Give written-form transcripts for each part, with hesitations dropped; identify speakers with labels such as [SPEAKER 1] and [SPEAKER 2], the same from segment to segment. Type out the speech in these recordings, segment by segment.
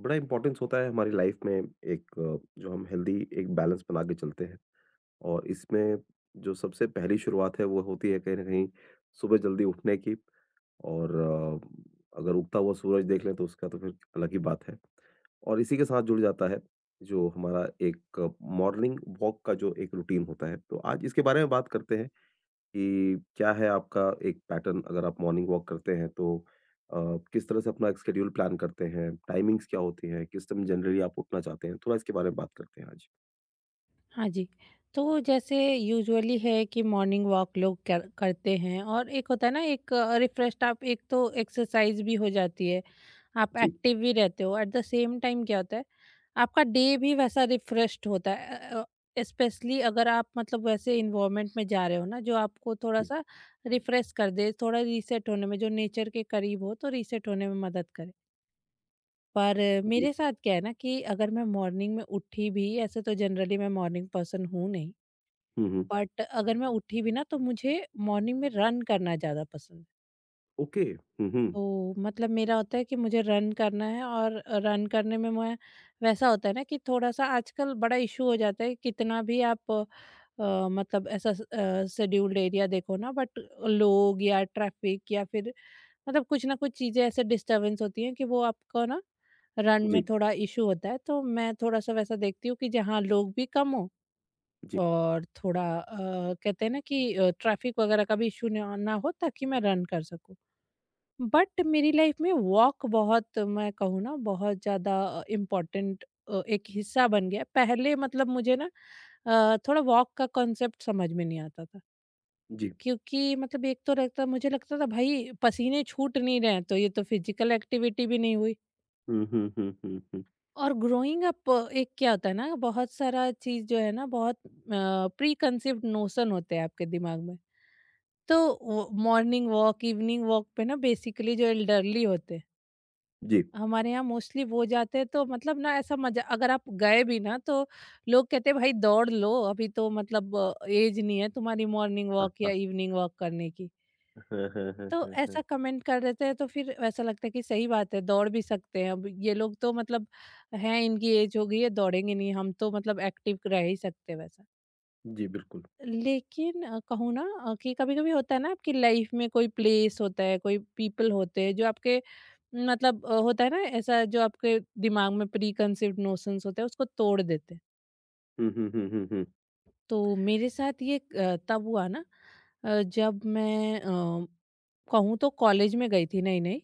[SPEAKER 1] बड़ा इम्पोर्टेंस होता है हमारी लाइफ में एक जो हम हेल्दी एक बैलेंस बना के चलते हैं और इसमें जो सबसे पहली शुरुआत है वो होती है कहीं ना कहीं सुबह जल्दी उठने की। और अगर उगता हुआ सूरज देख लें तो उसका तो फिर अलग ही बात है। और इसी के साथ जुड़ जाता है जो हमारा एक मॉर्निंग वॉक का जो एक रूटीन होता है, तो आज इसके बारे में बात करते हैं कि क्या है आपका एक पैटर्न। अगर आप मॉर्निंग वॉक करते हैं तो किस तरह से अपना एक स्केड्यूल प्लान करते हैं? टाइमिंग्स क्या होती हैं? किस टाइम जनरली आप उठना चाहते हैं? थोड़ा इसके बारे में बात करते हैं आज।
[SPEAKER 2] हाँ जी। तो जैसे यूजुअली है कि मॉर्निंग वॉक लोग कर करते हैं, और एक होता है ना, एक रिफ्रेश्ड आप, एक तो एक्सरसाइज भी हो जाती है, आप
[SPEAKER 1] जी,
[SPEAKER 2] एक्टिव भी रहते हो। एट द सेम टाइम क्या होता है, आपका डे भी वैसा रिफ्रेश्ड होता है। स्पेशली अगर आप मतलब वैसे एनवायरनमेंट में जा रहे हो ना, जो आपको
[SPEAKER 1] जी,
[SPEAKER 2] थोड़ा-सा रिफ्रेश कर दे, थोड़ा रीसेट होने में, जो नेचर के करीब हो तो रीसेट होने में मदद करे। पर
[SPEAKER 1] जी।
[SPEAKER 2] मेरे साथ क्या है ना, कि अगर मैं मॉर्निंग में उठी भी ऐसे, तो जनरली मैं मॉर्निंग पर्सन हूँ नहीं।
[SPEAKER 1] हुँ, हुँ।
[SPEAKER 2] बट अगर मैं उठी भी ना, तो मुझे मॉर्निंग में रन करना ज़्यादा पसंद है।
[SPEAKER 1] ओके। हुँ, हुँ।
[SPEAKER 2] तो मतलब मेरा होता है कि मुझे रन करना है, और रन करने में मैं, वैसा होता है ना कि थोड़ा-सा आजकल बड़ा इशू हो जाता है। कितना भी आप मतलब ऐसा शेड्यूल्ड एरिया देखो ना, बट लोग या ट्रैफिक या फिर मतलब कुछ ना कुछ चीज़ें ऐसे डिस्टर्बेंस होती हैं कि वो आपको ना, रन में
[SPEAKER 1] जी,
[SPEAKER 2] थोड़ा इशू होता है। तो मैं थोड़ा-सा वैसा देखती हूँ कि जहाँ लोग भी कम हो,
[SPEAKER 1] जी,
[SPEAKER 2] और थोड़ा कहते हैं ना कि ट्रैफिक वगैरह का भी इशू ना ना हो, ताकि मैं रन कर सकूँ। बट मेरी लाइफ में वॉक बहुत, मैं कहूँ ना, बहुत ज़्यादा इम्पोर्टेंट एक हिस्सा बन गया है। पहले मतलब मुझे ना थोड़ा वॉक का कॉन्सेप्ट समझ में नहीं आता था,
[SPEAKER 1] जी।
[SPEAKER 2] क्योंकि मतलब एक तो रहता, मुझे लगता था भाई पसीने छूट नहीं रहे हैं, तो ये तो फिजिकल एक्टिविटी भी नहीं हुई।
[SPEAKER 1] हुँ, हुँ, हुँ, हुँ, हुँ।
[SPEAKER 2] और ग्रोइंग अप एक क्या होता है ना, बहुत सारा चीज जो है ना, बहुत प्री कंसीव्ड नोशन होते हैं आपके दिमाग में। तो मॉर्निंग वॉक इवनिंग वॉक पे ना बेसिकली जो एल्डरली होते हैं,
[SPEAKER 1] जी।
[SPEAKER 2] हमारे यहाँ मोस्टली वो जाते हैं, तो मतलब ना ऐसा मजा, अगर आप गए भी ना, तो लोग कहते हैं भाई दौड़ लो अभी, तो मतलब एज नहीं है तुम्हारी मॉर्निंग वॉक
[SPEAKER 1] हाँ,
[SPEAKER 2] या इवनिंग वॉक करने की।
[SPEAKER 1] हाँ। हाँ, हाँ, हाँ,
[SPEAKER 2] तो
[SPEAKER 1] हाँ, हाँ।
[SPEAKER 2] ऐसा कमेंट कर देते हैं, तो फिर ऐसा लगता है कि सही बात है, दौड़ भी सकते हैं अब, ये लोग तो मतलब हैं, इनकी एज हो गई है, दौड़ेंगे नहीं हम, तो मतलब एक्टिव रह ही सकते हैं वैसा।
[SPEAKER 1] जी, बिल्कुल।
[SPEAKER 2] लेकिन कहूँ ना, कि कभी कभी होता है ना आपकी लाइफ में, कोई प्लेस होता है, कोई पीपल होते हैं जो आपके न, मतलब अ, होता है ना ऐसा, जो आपके दिमाग में प्री कंसिप्ड नोशंस होते हैं उसको तोड़ देते हैं।
[SPEAKER 1] हुँ, हुँ, हुँ, हुँ, हुँ।
[SPEAKER 2] तो मेरे साथ ये तब हुआ ना, जब मैं कहूँ तो कॉलेज में गई थी नई नई।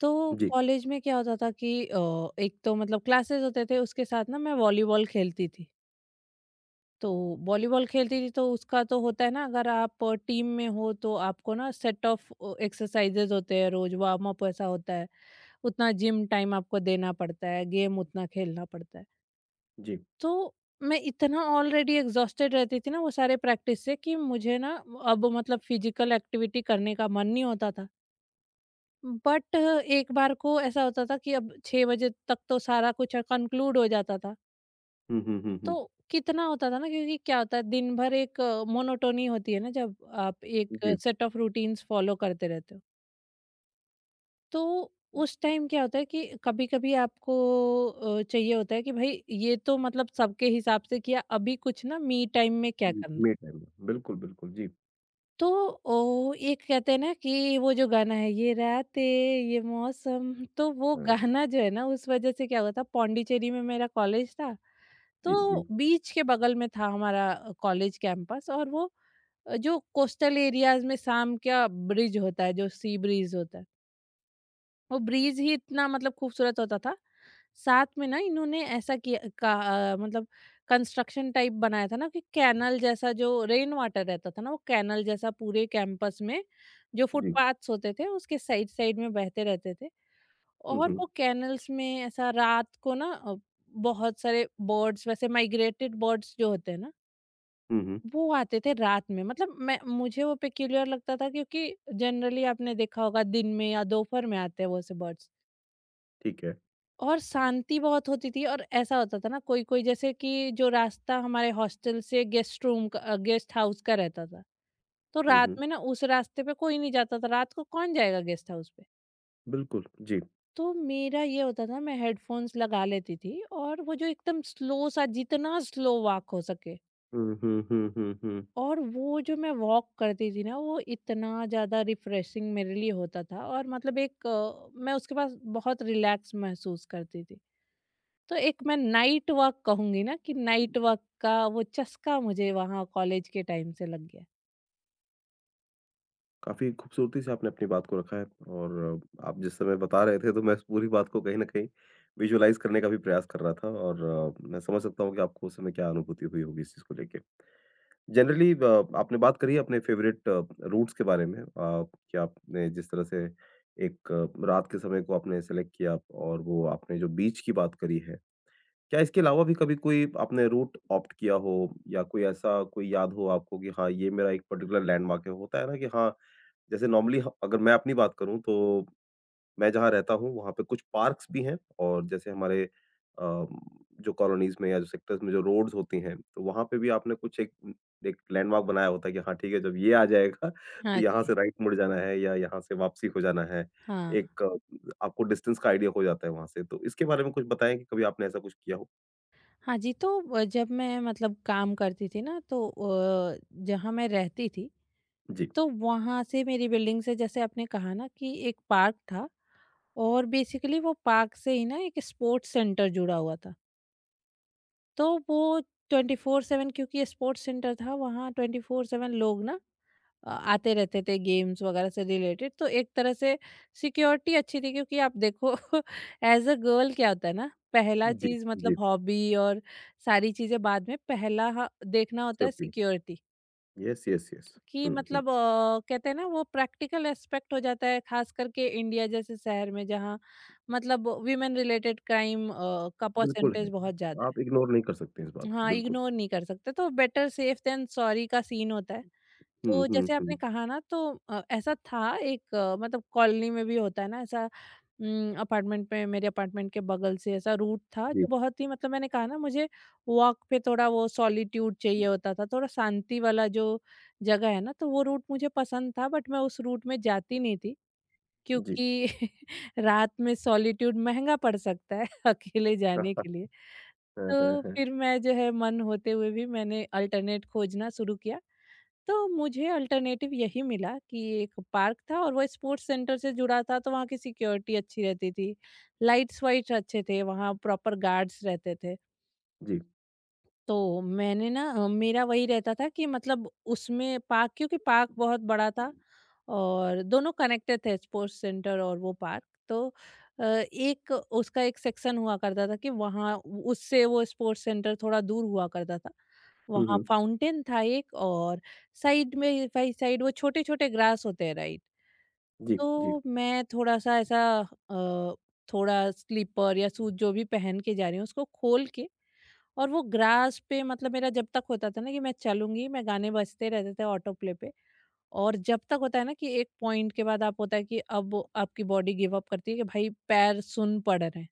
[SPEAKER 2] तो
[SPEAKER 1] जी,
[SPEAKER 2] कॉलेज में क्या होता था कि एक तो मतलब क्लासेस होते थे, उसके साथ ना मैं वॉलीबॉल खेलती थी। तो वॉलीबॉल खेलती थी तो उसका तो होता है ना, अगर आप टीम में हो तो आपको ना सेट ऑफ एक्सरसाइजेज होते हैं, रोज वार्म अप ऐसा होता है। उतना जिम टाइम आपको देना पड़ता है, गेम उतना खेलना पड़ता है।
[SPEAKER 1] जी।
[SPEAKER 2] तो मैं इतना ऑलरेडी एग्ज़ॉस्टेड रहती थी ना वो सारे प्रैक्टिस से, कि मुझे ना अब मतलब फिजिकल एक्टिविटी करने का मन नहीं होता था। बट एक बार को ऐसा होता था कि अब 6 बजे तक तो सारा कुछ कंक्लूड हो जाता था।
[SPEAKER 1] हुँ, हुँ, हुँ, हुँ।
[SPEAKER 2] तो कितना होता था ना, क्योंकि क्या होता है दिन भर एक मोनोटोनी होती है ना जब आप एक
[SPEAKER 1] जी,
[SPEAKER 2] सेट ऑफ रूटीन्स फॉलो करते रहते हो। तो उस टाइम क्या होता है कि कभी-कभी आपको चाहिए होता है कि भाई ये तो मतलब सबके हिसाब से किया, अभी कुछ ना मी टाइम में क्या
[SPEAKER 1] जी,
[SPEAKER 2] करना है।
[SPEAKER 1] मे टाइम में। बिल्कुल, बिल्कुल। जी।
[SPEAKER 2] तो ओ एक कहते हैं ना कि वो जो गाना है, ये रातें ये मौसम, तो वो
[SPEAKER 1] हाँ।
[SPEAKER 2] गाना जो है ना, उस वजह से क्या हुआ था, पौंडीचेरी में मेरा कॉलेज था। तो
[SPEAKER 1] जी, जी,
[SPEAKER 2] बीच के बगल में था हमारा कॉलेज कैंपस, और वो जो कोस्टल एरियाज में शाम का ब्रिज होता है, जो सी ब्रिज होता है, वो ब्रिज ही इतना मतलब खूबसूरत होता था। साथ में ना इन्होंने ऐसा किया का मतलब कंस्ट्रक्शन टाइप बनाया था ना, कि कैनल जैसा, जो रेन वाटर रहता था ना, वो कैनल जैसा पूरे कैंपस में जो
[SPEAKER 1] जी।
[SPEAKER 2] फुटपाथ्स होते थे उसके साइड साइड में बहते रहते थे।
[SPEAKER 1] हुँ,
[SPEAKER 2] और
[SPEAKER 1] हुँ।
[SPEAKER 2] वो कैनल्स में ऐसा रात को ना बहुत सारे बर्ड्स, वैसे माइग्रेटेड बर्ड्स जो होते हैं ना,
[SPEAKER 1] हुँ, हुँ।
[SPEAKER 2] वो आते थे रात में। मतलब मैं, मुझे वो पेक्यूलियर लगता था, क्योंकि जनरली आपने देखा होगा दिन में या दोपहर में आते हैं वो से बर्ड्स।
[SPEAKER 1] ठीक है।
[SPEAKER 2] और शांति बहुत होती थी, और ऐसा होता था ना, कोई कोई, जैसे कि जो रास्ता हमारे हॉस्टल से गेस्ट रूम का, गेस्ट हाउस का रहता था, तो
[SPEAKER 1] हुँ,
[SPEAKER 2] रात
[SPEAKER 1] हुँ।
[SPEAKER 2] में ना उस रास्ते पे कोई नहीं जाता था, रात को कौन जाएगा गेस्ट हाउस पे।
[SPEAKER 1] बिल्कुल, जी।
[SPEAKER 2] तो मेरा ये होता था, मैं हेडफोन्स लगा लेती थी, और वो जो एकदम स्लो सा, जितना स्लो वॉक हो सके,
[SPEAKER 1] हुँ, हुँ, हुँ, हुँ, हुँ।
[SPEAKER 2] और वो जो मैं वॉक करती थी ना, वो इतना ज़्यादा रिफ्रेशिंग मेरे लिए होता था, और मतलब एक मैं उसके पास बहुत रिलैक्स महसूस करती थी। तो एक मैं नाइट वॉक कहूँगी ना कि नाइट वॉक का वो चस्का मुझे वहाँ कॉलेज के टाइम से लग गया।
[SPEAKER 1] काफ़ी खूबसूरती से आपने अपनी बात को रखा है। और आप जिस समय बता रहे थे तो मैं इस पूरी बात को कहीं न कहीं विज़ुअलाइज़ करने का भी प्रयास कर रहा था। और मैं समझ सकता हूँ कि आपको उस समय क्या अनुभूति हुई होगी इस चीज़ को लेके। जनरली ब आपने बात करी है अपने फ़ेवरेट रूट्स के बारे में, कि आपने जिस तरह से एक रात के समय को आपने सेलेक्ट किया और वो आपने जो बीच की बात करी है। क्या इसके अलावा भी कभी कोई आपने रूट ऑप्ट किया हो या कोई ऐसा कोई याद हो आपको कि हाँ, ये मेरा एक पर्टिकुलर लैंडमार्क है? होता है ना कि हाँ, जैसे नॉर्मली ह अगर मैं अपनी बात करूँ तो मैं जहाँ रहता हूँ वहाँ पे कुछ पार्क्स भी हैं। और जैसे हमारे जो कॉलोनीज़ में या जो सेक्टर्स में जो रोड्स होती हैं, तो वहाँ पे भी आपने कुछ एक एक लैंडमार्क बनाया होता है कि हाँ, ठीक है जब ये आ जाएगा तो
[SPEAKER 2] हाँ
[SPEAKER 1] यहाँ
[SPEAKER 2] जी।
[SPEAKER 1] से राइट मुड़ जाना है या यहाँ से वापसी हो जाना है।
[SPEAKER 2] हाँ,
[SPEAKER 1] एक आपको डिस्टेंस का आइडिया हो जाता है वहाँ से। तो इसके बारे में कुछ बताएँ कि कभी आपने ऐसा कुछ किया हो?
[SPEAKER 2] हाँ जी, तो जब मैं मतलब काम करती थी ना, तो जहाँ मैं रहती थी,
[SPEAKER 1] जी।
[SPEAKER 2] तो वहाँ से, मेरी बिल्डिंग से, जैसे आपने कहा ना कि एक पार्क था, और बेसिकली वो पार्क से ही ना एक स्पोर्ट्स सेंटर जुड़ा हुआ था। तो वो 24/7, क्योंकि स्पोर्ट्स सेंटर था, वहाँ 24/7 लोग ना आते रहते थे गेम्स वगैरह से रिलेटेड। तो एक तरह से सिक्योरिटी अच्छी थी, क्योंकि आप देखो एज अ गर्ल क्या होता है ना, पहला
[SPEAKER 1] जी,
[SPEAKER 2] चीज
[SPEAKER 1] जी,
[SPEAKER 2] मतलब हॉबी और सारी चीजें बाद में, देखना होता है
[SPEAKER 1] safety.
[SPEAKER 2] Security.
[SPEAKER 1] Yes, yes, yes.
[SPEAKER 2] कि
[SPEAKER 1] हुँ, हुँ।
[SPEAKER 2] मतलब कहते हैं ना, वो प्रैक्टिकल एस्पेक्ट हो जाता है, खास करके इंडिया जैसे शहर में, जहाँ मतलब वीमेन रिलेटेड क्राइम का
[SPEAKER 1] बिल्कुल
[SPEAKER 2] परसेंटेज
[SPEAKER 1] है,
[SPEAKER 2] बहुत ज्यादा
[SPEAKER 1] आप
[SPEAKER 2] है।
[SPEAKER 1] इग्नोर नहीं कर सकते इस बात को,
[SPEAKER 2] हाँ,
[SPEAKER 1] बिल्कुल।
[SPEAKER 2] इग्नोर नहीं कर सकते, तो बेटर सेफ देन सॉरी का सीन होता है।
[SPEAKER 1] हुँ,
[SPEAKER 2] तो
[SPEAKER 1] हुँ,
[SPEAKER 2] जैसे
[SPEAKER 1] हुँ।
[SPEAKER 2] आपने कहा ना, तो ऐसा था एक मतलब कॉलोनी में भी होता है ना ऐसा, अपार्टमेंट में, मेरे अपार्टमेंट के बगल से ऐसा रूट था
[SPEAKER 1] जी,
[SPEAKER 2] जो बहुत ही, मतलब मैंने कहा ना मुझे वॉक पे थोड़ा वो सॉलिट्यूड चाहिए होता था, थोड़ा शांति वाला जो जगह है ना, तो वो रूट मुझे पसंद था, बट मैं उस रूट में जाती नहीं थी
[SPEAKER 1] जी।
[SPEAKER 2] क्योंकि रात में सॉलिट्यूड महंगा पड़ सकता है अकेले जाने के लिए।
[SPEAKER 1] हाँ, हाँ,
[SPEAKER 2] तो
[SPEAKER 1] हाँ।
[SPEAKER 2] फिर मैं, जो है मन होते हुए भी मैंने अल्टरनेट खोजना शुरू किया, तो मुझे अल्टरनेटिव यही मिला कि एक पार्क था और वो स्पोर्ट्स सेंटर से जुड़ा था, तो वहाँ की सिक्योरिटी अच्छी रहती थी, लाइट्स वाइट्स अच्छे थे, वहाँ प्रॉपर गार्ड्स रहते थे।
[SPEAKER 1] जी।
[SPEAKER 2] तो मैंने ना मेरा वही रहता था कि मतलब उसमें पार्क, क्योंकि पार्क बहुत बड़ा था और दोनों कनेक्टेड थे, स्पोर्ट्स सेंटर और वो पार्क, तो एक उसका एक सेक्शन हुआ करता था कि वहाँ उससे वो स्पोर्ट्स सेंटर थोड़ा दूर हुआ करता था।
[SPEAKER 1] हुँ,
[SPEAKER 2] वहाँ
[SPEAKER 1] हुँ।
[SPEAKER 2] फाउंटेन था एक, और साइड में, भाई साइड वो छोटे छोटे ग्रास होते हैं राइट,
[SPEAKER 1] जी, जी,
[SPEAKER 2] तो मैं थोड़ा सा ऐसा अ, थोड़ा स्लीपर या शूज जो भी पहन के जा रही हूँ उसको खोल के, और वो ग्रास पे, मतलब मेरा जब तक होता था ना कि मैं चलूँगी, मैं गाने बजते रहते थे ऑटो प्ले पे, और जब तक होता है ना कि एक पॉइंट के बाद आप, होता है कि अब आपकी बॉडी गिव अप करती है कि भाई पैर सुन पड़ रहे हैं।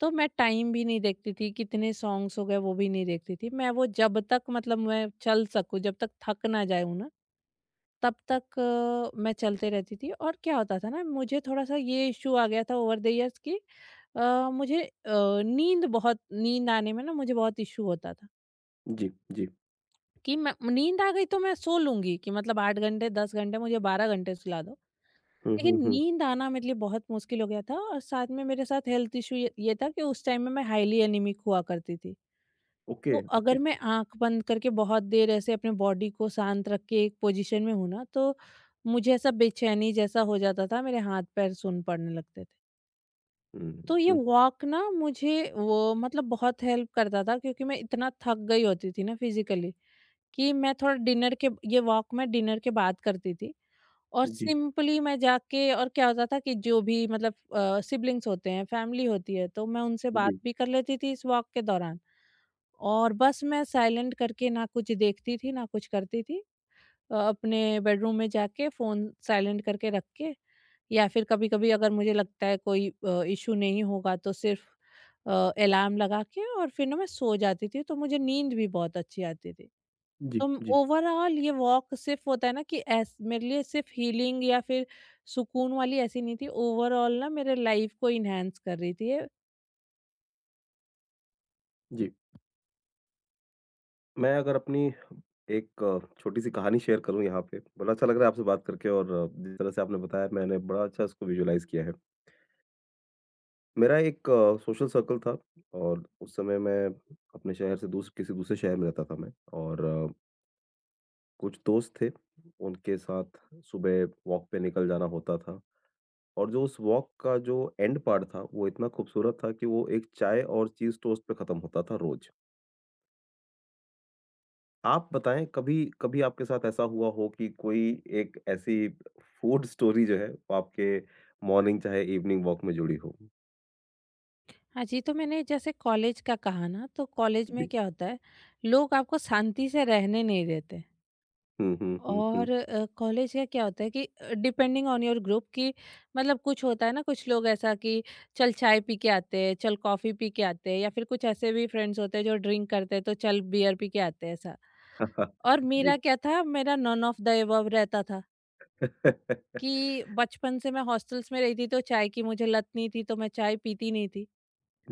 [SPEAKER 2] तो मैं टाइम भी नहीं देखती थी, कितने सॉन्ग्स हो गए वो भी नहीं देखती थी। मैं वो जब तक मतलब मैं चल सकूँ, जब तक थक ना जाऊँ ना, तब तक मैं चलते रहती थी। और क्या होता था ना, मुझे थोड़ा-सा ये इश्यू आ गया था ओवर द इयर्स कि अ, मुझे अ, नींद, बहुत नींद आने में ना मुझे बहुत इश्यू होता था।
[SPEAKER 1] जी, जी।
[SPEAKER 2] कि मैं, नींद आ गई तो मैं सो लूँगी, कि मतलब 8 घंटे, 10 घंटे, मुझे 12 घंटे सुला दो।
[SPEAKER 1] हुँ, हुँ,
[SPEAKER 2] लेकिन
[SPEAKER 1] हुँ।
[SPEAKER 2] नींद आना मेरे लिए बहुत मुश्किल हो गया था, और साथ में मेरे साथ हेल्थ इश्यू ये था कि उस टाइम में मैं हाइली एनीमिक हुआ करती थी।
[SPEAKER 1] ओके,
[SPEAKER 2] तो अगर
[SPEAKER 1] ओके।
[SPEAKER 2] मैं आँख बंद करके बहुत देर ऐसे अपने बॉडी को शांत रख के एक पोज़ीशन में हूँ ना, तो मुझे ऐसा बेचैनी जैसा हो जाता था, मेरे हाथ-पैर सून पड़ने लगते थे।
[SPEAKER 1] हुँ,
[SPEAKER 2] तो ये
[SPEAKER 1] हुँ।
[SPEAKER 2] वॉक ना मुझे वो मतलब बहुत हेल्प करता था, क्योंकि मैं इतना थक गई होती थी ना फिज़िकली। कि मैं थोड़ा डिनर के, ये वॉक मैं डिनर के बाद करती थी, और
[SPEAKER 1] जी,
[SPEAKER 2] सिंपली मैं जाके, और क्या होता था कि जो भी मतलब सिबलिंग्स होते हैं, फैमिली होती है, तो मैं उनसे बात
[SPEAKER 1] जी,
[SPEAKER 2] भी कर लेती थी इस वॉक के दौरान। और बस मैं साइलेंट करके ना कुछ देखती थी, ना कुछ करती थी। अपने बेडरूम में जाके फ़ोन साइलेंट करके रख के या फिर कभी-कभी अगर मुझे लगता है कोई इश्यू नहीं होगा तो सिर्फ अ, अलार्म लगा के और फिर ना मैं सो जाती थी, तो मुझे नींद भी बहुत अच्छी आती थी।
[SPEAKER 1] जी,
[SPEAKER 2] तो
[SPEAKER 1] जी,
[SPEAKER 2] ओवरऑल ये वॉक सिर्फ होता है ना कि ऐस मेरे लिए सिर्फ हीलिंग या फिर सुकून वाली ऐसी नहीं थी, ओवरऑल ना मेरे लाइफ को इन्हेंस कर रही थी ये।
[SPEAKER 1] जी। मैं अगर अपनी एक छोटी-सी कहानी शेयर करूँ यहाँ पे, बड़ा अच्छा लग रहा है आपसे बात करके। और जिस तरह से आपने बताया मैंने बड़ा अच्छा इसको विजुअलाइज़ किया है। मेरा एक सोशल सर्कल था और उस समय मैं अपने शहर से दूस किसी दूसरे शहर में रहता था मैं। और कुछ दोस्त थे, उनके साथ सुबह वॉक पे निकल जाना होता था। और जो उस वॉक का जो एंड पार्ट था, वो इतना खूबसूरत था कि वो एक चाय और चीज़ टोस्ट पे ख़त्म होता था रोज़। आप बताएँ कभी कभी आपके साथ ऐसा हुआ हो कि कोई एक ऐसी फूड स्टोरी जो है, वो आपके मॉर्निंग चाहे इवनिंग वॉक में जुड़ी हो?
[SPEAKER 2] हाँ जी, तो मैंने जैसे कॉलेज का कहा ना, तो कॉलेज में
[SPEAKER 1] जी।
[SPEAKER 2] क्या होता है लोग आपको शांति से रहने नहीं देते।
[SPEAKER 1] हुँ, हुँ, हुँ,
[SPEAKER 2] और
[SPEAKER 1] हुँ।
[SPEAKER 2] कॉलेज का क्या होता है कि डिपेंडिंग ऑन योर ग्रुप की मतलब कुछ होता है ना, कुछ लोग ऐसा कि चल चाय पी के आते हैं, चल कॉफ़ी पी के आते हैं, या फिर कुछ ऐसे भी फ्रेंड्स होते हैं जो ड्रिंक करते हैं तो चल बियर पी के आते हैं, ऐसा। और
[SPEAKER 1] जी।
[SPEAKER 2] मेरा क्या था, मेरा नॉन ऑफ द एबव रहता था कि बचपन से मैं हॉस्टल्स में रहती, तो चाय की मुझे लत नहीं थी तो मैं चाय पीती नहीं थी।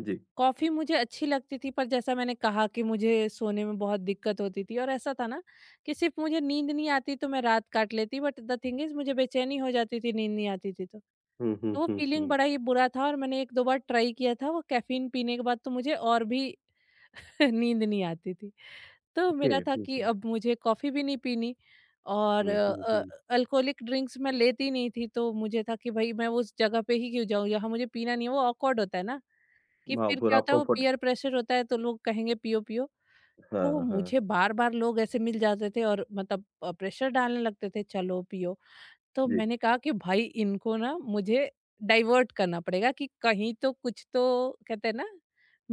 [SPEAKER 1] जी।
[SPEAKER 2] कॉफ़ी मुझे अच्छी लगती थी, पर जैसा मैंने कहा कि मुझे सोने में बहुत दिक्कत होती थी और ऐसा था ना कि सिर्फ़ मुझे नींद नहीं आती तो मैं रात काट लेती, बट द थिंग इज़ मुझे बेचैनी हो जाती थी, नींद नहीं आती थी तो।
[SPEAKER 1] हुँ, हुँ,
[SPEAKER 2] तो वो
[SPEAKER 1] हुँ,
[SPEAKER 2] फ़ीलिंग
[SPEAKER 1] हुँ।
[SPEAKER 2] बड़ा ही बुरा था और मैंने 1-2 बार ट्राई किया था वो कैफ़ीन पीने के बाद, तो मुझे और भी नींद नहीं आती थी। तो
[SPEAKER 1] ओके।
[SPEAKER 2] मेरा था
[SPEAKER 1] हुँ,
[SPEAKER 2] कि
[SPEAKER 1] हुँ,
[SPEAKER 2] अब मुझे कॉफ़ी भी नहीं पीनी और
[SPEAKER 1] हुँ, हुँ, हुँ।
[SPEAKER 2] अल्कोहलिक ड्रिंक्स मैं लेती नहीं थी, तो मुझे था कि भई मैं उस जगह पे ही क्यों जाऊँ, यहाँ मुझे पीना नहीं है, वो ऑकवर्ड होता है ना, कि
[SPEAKER 1] हाँ,
[SPEAKER 2] फिर
[SPEAKER 1] फिर
[SPEAKER 2] क्या
[SPEAKER 1] आप
[SPEAKER 2] होता है वो
[SPEAKER 1] कम्फ़र्ट
[SPEAKER 2] पीयर प्रेशर होता है तो लोग कहेंगे पियो-पियो। तो
[SPEAKER 1] हाँ,
[SPEAKER 2] मुझे
[SPEAKER 1] हाँ।
[SPEAKER 2] बार-बार लोग ऐसे मिल जाते थे और मतलब प्रेशर डालने लगते थे, चलो पियो। तो
[SPEAKER 1] जी,
[SPEAKER 2] मैंने कहा कि भाई इनको ना मुझे डाइवर्ट करना पड़ेगा, कि कहीं तो कुछ तो कहते हैं ना,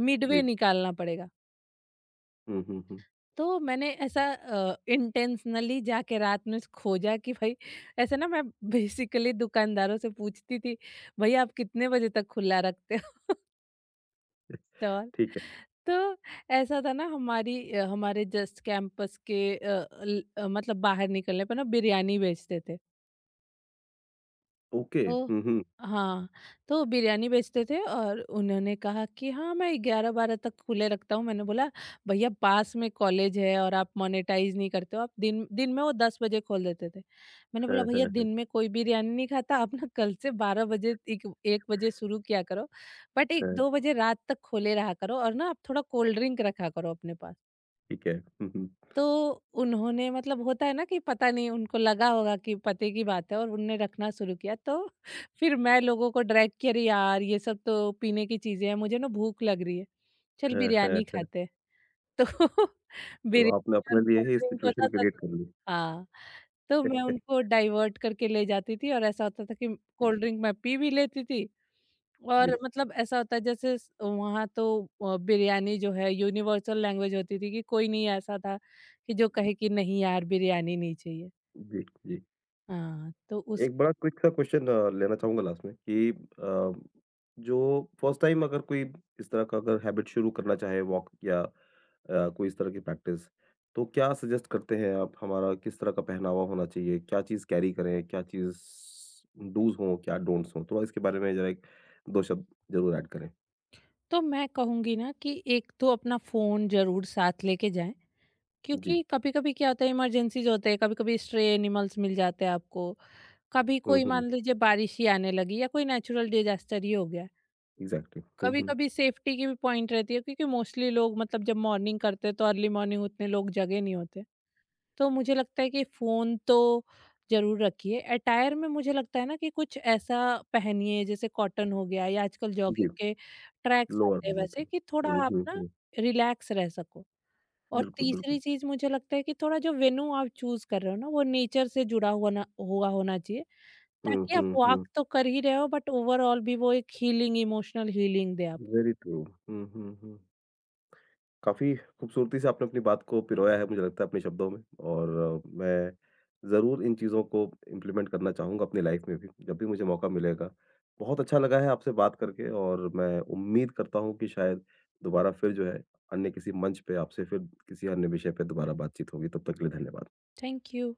[SPEAKER 2] मिडवे
[SPEAKER 1] जी।
[SPEAKER 2] निकालना पड़ेगा।
[SPEAKER 1] हुँ, हुँ, हुँ।
[SPEAKER 2] तो मैंने ऐसा इंटेंशनली जाके रात में खोजा कि भाई ऐसे ना मैं बेसिकली दुकानदारों से पूछती थी, भैया आप कितने बजे तक खुला रखते हो स्टॉल।
[SPEAKER 1] ठीक है।
[SPEAKER 2] तो ऐसा था ना, हमारी हमारे जस्ट कैंपस के मतलब बाहर निकलने पर ना बिरयानी बेचते थे।
[SPEAKER 1] ओके।
[SPEAKER 2] तो
[SPEAKER 1] हुँ, हुँ।
[SPEAKER 2] हाँ, तो बिरयानी बेचते थे और उन्होंने कहा कि हाँ, मैं 11-12 तक खुले रखता हूँ। मैंने बोला, "भैया पास में कॉलेज है और आप मोनेटाइज़ नहीं करते हो, आप दिन दिन में।" वो 10 बजे खोल देते थे। मैंने बोला,
[SPEAKER 1] हाँ, हाँ,
[SPEAKER 2] "भैया
[SPEAKER 1] हाँ,
[SPEAKER 2] दिन में कोई बिरयानी नहीं खाता, आप ना कल से 12 बजे एक 1 बजे शुरू किया करो, बट
[SPEAKER 1] हाँ।
[SPEAKER 2] 1-2 बजे रात तक खोले रहा करो और ना आप थोड़ा कोल्ड ड्रिंक रखा करो अपने पास।"
[SPEAKER 1] ठीक है। हुँ, हुँ।
[SPEAKER 2] तो उन्होंने मतलब होता है ना कि पता नहीं उनको लगा होगा कि पते की बात है और उनने रखना शुरू किया, तो फिर मैं लोगों को ड्रैग किया, अरे यार ये सब तो पीने की चीजें हैं, मुझे ना भूख लग रही है, चल
[SPEAKER 1] हाँ, हाँ,
[SPEAKER 2] बिरयानी
[SPEAKER 1] हाँ।
[SPEAKER 2] खाते हैं। तो
[SPEAKER 1] तो
[SPEAKER 2] बिरयानी
[SPEAKER 1] आपने
[SPEAKER 2] और
[SPEAKER 1] अपने लिए
[SPEAKER 2] कोल्ड
[SPEAKER 1] ही
[SPEAKER 2] ड्रिंक
[SPEAKER 1] सिचुएशन
[SPEAKER 2] होता था,
[SPEAKER 1] क्रिएट
[SPEAKER 2] तो
[SPEAKER 1] कर ली।
[SPEAKER 2] हाँ, तो मैं उनको डाइवर्ट करके ले जाती थी और ऐसा होता था कि
[SPEAKER 1] जी,
[SPEAKER 2] कोल्ड ड्रिंक मैं पी भी लेती थी
[SPEAKER 1] जी,
[SPEAKER 2] और मतलब ऐसा होता है जैसे स- वहाँ तो बिरयानी जो है यूनिवर्सल लैंग्वेज होती थी, कि कोई नहीं ऐसा था कि जो कहे कि नहीं यार बिरयानी नहीं चाहिए।
[SPEAKER 1] जी, जी।
[SPEAKER 2] हाँ तो उस,
[SPEAKER 1] एक बड़ा क्विक सा क्वेश्चन लेना चाहूँगा लास्ट में कि जो फर्स्ट टाइम अगर कोई इस तरह का अगर हैबिट शुरू करना चाहे, वॉक या कोई इस तरह की प्रैक्टिस, तो क्या सजेस्ट करते हैं आप? हमारा किस तरह का पहनावा होना चाहिए? क्या चीज़ कैरी करें? क्या चीज़ डूज़ हों, क्या डोंट्स हों? थोड़ा इसके बारे में ज़रा एक 2 शब्द ज़रूर ऐड करें।
[SPEAKER 2] तो मैं कहूँगी ना कि एक तो अपना फोन जरूर साथ लेके जाएं,
[SPEAKER 1] जी।
[SPEAKER 2] क्योंकि कभी कभी क्या होता है इमरजेंसीज होते हैं, कभी कभी स्ट्रे एनिमल्स मिल जाते हैं आपको, कभी
[SPEAKER 1] हुँ,
[SPEAKER 2] कोई
[SPEAKER 1] हुँ।
[SPEAKER 2] मान लीजिए बारिश ही आने लगी या कोई नेचुरल डिजास्टर ही हो गया,
[SPEAKER 1] इग्ज़ैक्टली। हुँ,
[SPEAKER 2] कभी
[SPEAKER 1] हुँ।
[SPEAKER 2] कभी सेफ्टी की भी पॉइंट रहती है क्योंकि मोस्टली लोग मतलब जब मॉर्निंग करते हैं तो अर्ली मॉर्निंग उतने लोग जगे नहीं होते। तो मुझे लगता है कि फ़ोन तो ज़रूर रखिए। अटायर में मुझे लगता है ना कि कुछ ऐसा पहनिए जैसे कॉटन हो गया या आजकल जॉगिंग
[SPEAKER 1] जी,
[SPEAKER 2] के ट्रैक्स
[SPEAKER 1] लोअर
[SPEAKER 2] आते
[SPEAKER 1] हो
[SPEAKER 2] हैं,
[SPEAKER 1] जाता
[SPEAKER 2] वैसे
[SPEAKER 1] है।
[SPEAKER 2] कि थोड़ा
[SPEAKER 1] हुँ,
[SPEAKER 2] आप
[SPEAKER 1] हुँ,
[SPEAKER 2] ना
[SPEAKER 1] हुँ।
[SPEAKER 2] रिलैक्स रह सको। और
[SPEAKER 1] बिल्कुल,
[SPEAKER 2] तीसरी
[SPEAKER 1] बिल्कुल।
[SPEAKER 2] चीज़ मुझे लगता है कि थोड़ा जो वेन्यू आप चूज़ कर रहे हो ना वो नेचर से जुड़ा हुआ ना हुआ होना चाहिए,
[SPEAKER 1] हुँ,
[SPEAKER 2] ताकि आप
[SPEAKER 1] हुँ,
[SPEAKER 2] वॉक
[SPEAKER 1] हुँ।
[SPEAKER 2] तो कर ही रहे हो बट ओवरऑल भी वो एक हीलिंग, इमोशनल हीलिंग दे आपको।
[SPEAKER 1] Very true. हुँ, हुँ, हुँ। काफ़ी खूबसूरती से आपने अपनी बात को पिरोया है, मुझे लगता है, अपने शब्दों में। और मैं ज़रूर इन चीज़ों को इम्प्लीमेंट करना चाहूँगा अपनी लाइफ में भी, जब भी मुझे मौका मिलेगा। बहुत अच्छा लगा है आपसे बात करके और मैं उम्मीद करता हूँ कि शायद दोबारा फिर जो है अन्य किसी मंच पे आपसे फिर किसी अन्य विषय पे दोबारा बातचीत होगी। तब तक के लिए धन्यवाद।
[SPEAKER 2] Thank you.